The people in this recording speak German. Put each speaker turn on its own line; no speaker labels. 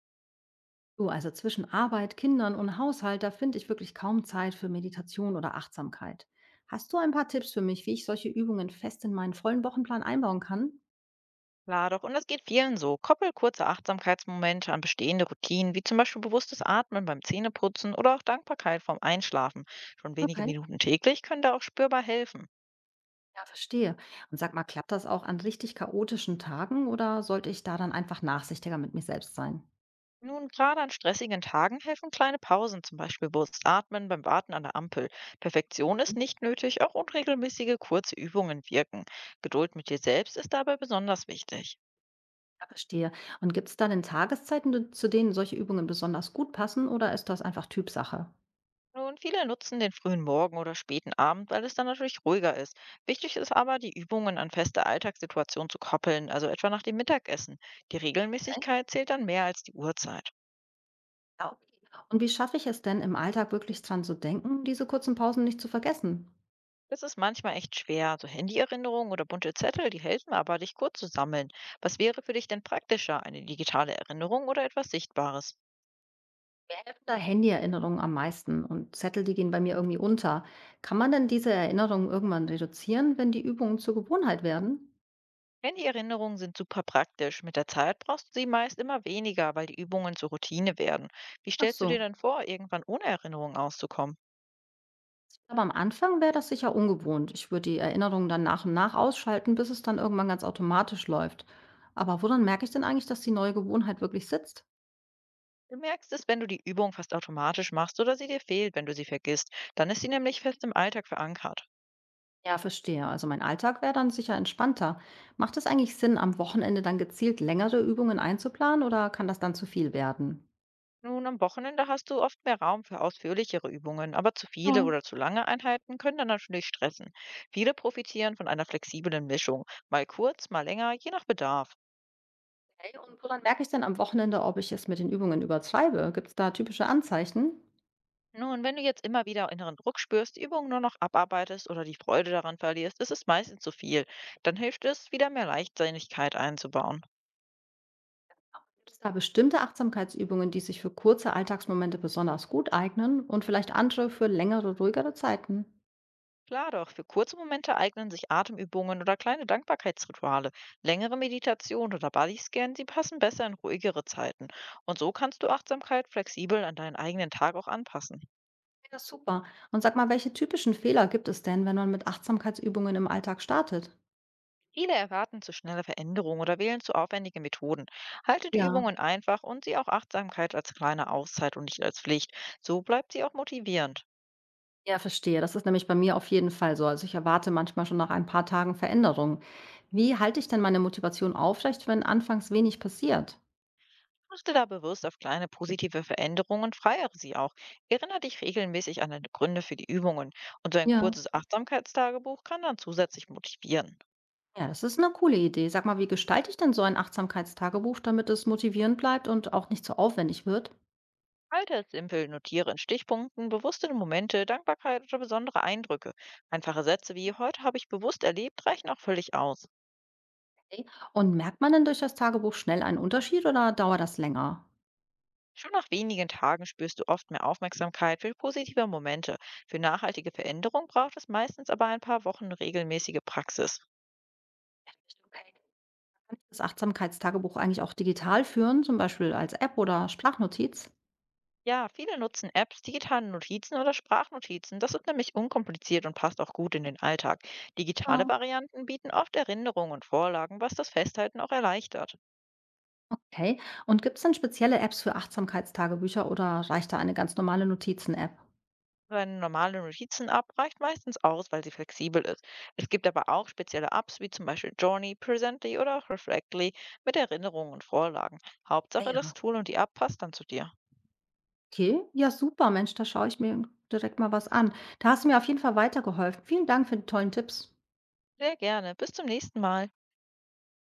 Du, also zwischen Arbeit, Kindern und Haushalt, da finde ich wirklich kaum Zeit für Meditation oder Achtsamkeit. Hast du ein paar Tipps für mich, wie ich solche Übungen fest in meinen vollen Wochenplan einbauen kann?
Klar doch, und das geht vielen so. Koppel kurze Achtsamkeitsmomente an bestehende Routinen, wie zum Beispiel bewusstes Atmen beim Zähneputzen oder auch Dankbarkeit vorm Einschlafen. Schon wenige
Okay,
Minuten täglich können da auch spürbar helfen.
ja, verstehe. Und sag mal, klappt das auch an richtig chaotischen Tagen oder sollte ich da dann einfach nachsichtiger mit mir selbst sein?
Nun, gerade an stressigen Tagen helfen kleine Pausen, zum Beispiel bewusst atmen beim Warten an der Ampel. Perfektion ist
Mhm.
nicht nötig, auch unregelmäßige kurze Übungen wirken. Geduld mit dir selbst ist dabei besonders wichtig.
Ja, verstehe. Und gibt es da denn Tageszeiten, zu denen solche Übungen besonders gut passen oder ist das einfach Typsache?
Nun, viele nutzen den frühen Morgen oder späten Abend, weil es dann natürlich ruhiger ist. Wichtig ist aber, die Übungen an feste Alltagssituationen zu koppeln, also etwa nach dem Mittagessen. Die
Okay.
Regelmäßigkeit zählt dann mehr als die Uhrzeit.
Ja, okay. Und wie schaffe ich es denn im Alltag wirklich dran zu denken, diese kurzen Pausen nicht zu vergessen?
Das ist manchmal echt schwer. So Handyerinnerungen oder bunte Zettel, die helfen aber, dich kurz zu sammeln. Was wäre für dich denn praktischer, eine digitale Erinnerung oder etwas Sichtbares?
Mir helfen da Handy-Erinnerungen am meisten und Zettel, die gehen bei mir irgendwie unter. Kann man denn diese Erinnerungen irgendwann reduzieren, wenn die Übungen zur Gewohnheit werden?
Handy-Erinnerungen sind super praktisch. Mit der Zeit brauchst du sie meist immer weniger, weil die Übungen zur Routine werden. Wie
Ach
stellst du dir
so.
denn vor, irgendwann ohne Erinnerungen auszukommen?
Aber am Anfang wäre das sicher ungewohnt. Ich würde die Erinnerungen dann nach und nach ausschalten, bis es dann irgendwann ganz automatisch läuft. Aber woran merke ich denn eigentlich, dass die neue Gewohnheit wirklich sitzt?
Du merkst es, wenn du die Übung fast automatisch machst oder sie dir fehlt, wenn du sie vergisst. Dann ist sie nämlich fest im Alltag verankert.
Ja, verstehe. Also mein Alltag wäre dann sicher entspannter. Macht es eigentlich Sinn, am Wochenende dann gezielt längere Übungen einzuplanen oder kann das dann zu viel werden?
Nun, am Wochenende hast du oft mehr Raum für ausführlichere Übungen, aber zu viele
Ja.
oder zu lange Einheiten können dann natürlich stressen. Viele profitieren von einer flexiblen Mischung, mal kurz, mal länger, je nach Bedarf.
Okay, und woran merke ich denn am Wochenende, ob ich es mit den Übungen übertreibe? Gibt es da typische Anzeichen?
Nun, wenn du jetzt immer wieder inneren Druck spürst, die Übung nur noch abarbeitest oder die Freude daran verlierst, ist es meistens zu viel. Dann hilft es, wieder mehr Leichtsinnigkeit einzubauen.
Gibt es da bestimmte Achtsamkeitsübungen, die sich für kurze Alltagsmomente besonders gut eignen und vielleicht andere für längere, ruhigere Zeiten?
Klar doch, für kurze Momente eignen sich Atemübungen oder kleine Dankbarkeitsrituale. Längere Meditation oder Bodyscan, sie passen besser in ruhigere Zeiten. Und so kannst du Achtsamkeit flexibel an deinen eigenen Tag auch anpassen.
Ja, super. Und sag mal, welche typischen Fehler gibt es denn, wenn man mit Achtsamkeitsübungen im Alltag startet?
Viele erwarten zu schnelle Veränderungen oder wählen zu aufwendige Methoden. Halte die
Ja,
Übungen einfach und sieh auch Achtsamkeit als kleine Auszeit und nicht als Pflicht. So bleibt sie auch motivierend.
ja, verstehe. Das ist nämlich bei mir auf jeden Fall so. Also ich erwarte manchmal schon nach ein paar Tagen Veränderungen. Wie halte ich denn meine Motivation aufrecht, wenn anfangs wenig passiert?
Achte da bewusst auf kleine positive Veränderungen und feiere sie auch. Erinnere dich regelmäßig an deine Gründe für die Übungen und so ein
Ja.
kurzes Achtsamkeitstagebuch kann dann zusätzlich motivieren.
Ja, das ist eine coole Idee. Sag mal, wie gestalte ich denn so ein Achtsamkeitstagebuch, damit es motivierend bleibt und auch nicht so aufwendig wird?
Halte es simpel, notiere in Stichpunkten bewusste Momente, Dankbarkeit oder besondere Eindrücke. Einfache Sätze wie heute habe ich bewusst erlebt reichen auch völlig aus.
Okay. Und merkt man denn durch das Tagebuch schnell einen Unterschied oder dauert das länger?
Schon nach wenigen Tagen spürst du oft mehr Aufmerksamkeit für positive Momente. Für nachhaltige Veränderung braucht es meistens aber ein paar Wochen regelmäßige Praxis.
Okay. Kann ich das Achtsamkeitstagebuch eigentlich auch digital führen, zum Beispiel als App oder Sprachnotiz?
Ja, viele nutzen Apps, digitale Notizen oder Sprachnotizen. Das ist nämlich unkompliziert und passt auch gut in den Alltag. Digitale
Ah,
Varianten bieten oft Erinnerungen und Vorlagen, was das Festhalten auch erleichtert.
okay. Und gibt es denn spezielle Apps für Achtsamkeitstagebücher oder reicht da eine ganz normale Notizen-App?
So eine normale Notizen-App reicht meistens aus, weil sie flexibel ist. Es gibt aber auch spezielle Apps wie zum Beispiel Journey, Presently oder auch Reflectly mit Erinnerungen und Vorlagen.
Ah
Hauptsache das
ja.
Tool und die App passt dann zu dir.
Okay. Ja, super, Mensch, da schaue ich mir direkt mal was an. Da hast du mir auf jeden Fall weitergeholfen. Vielen Dank für die tollen Tipps.
Sehr gerne. Bis zum nächsten Mal.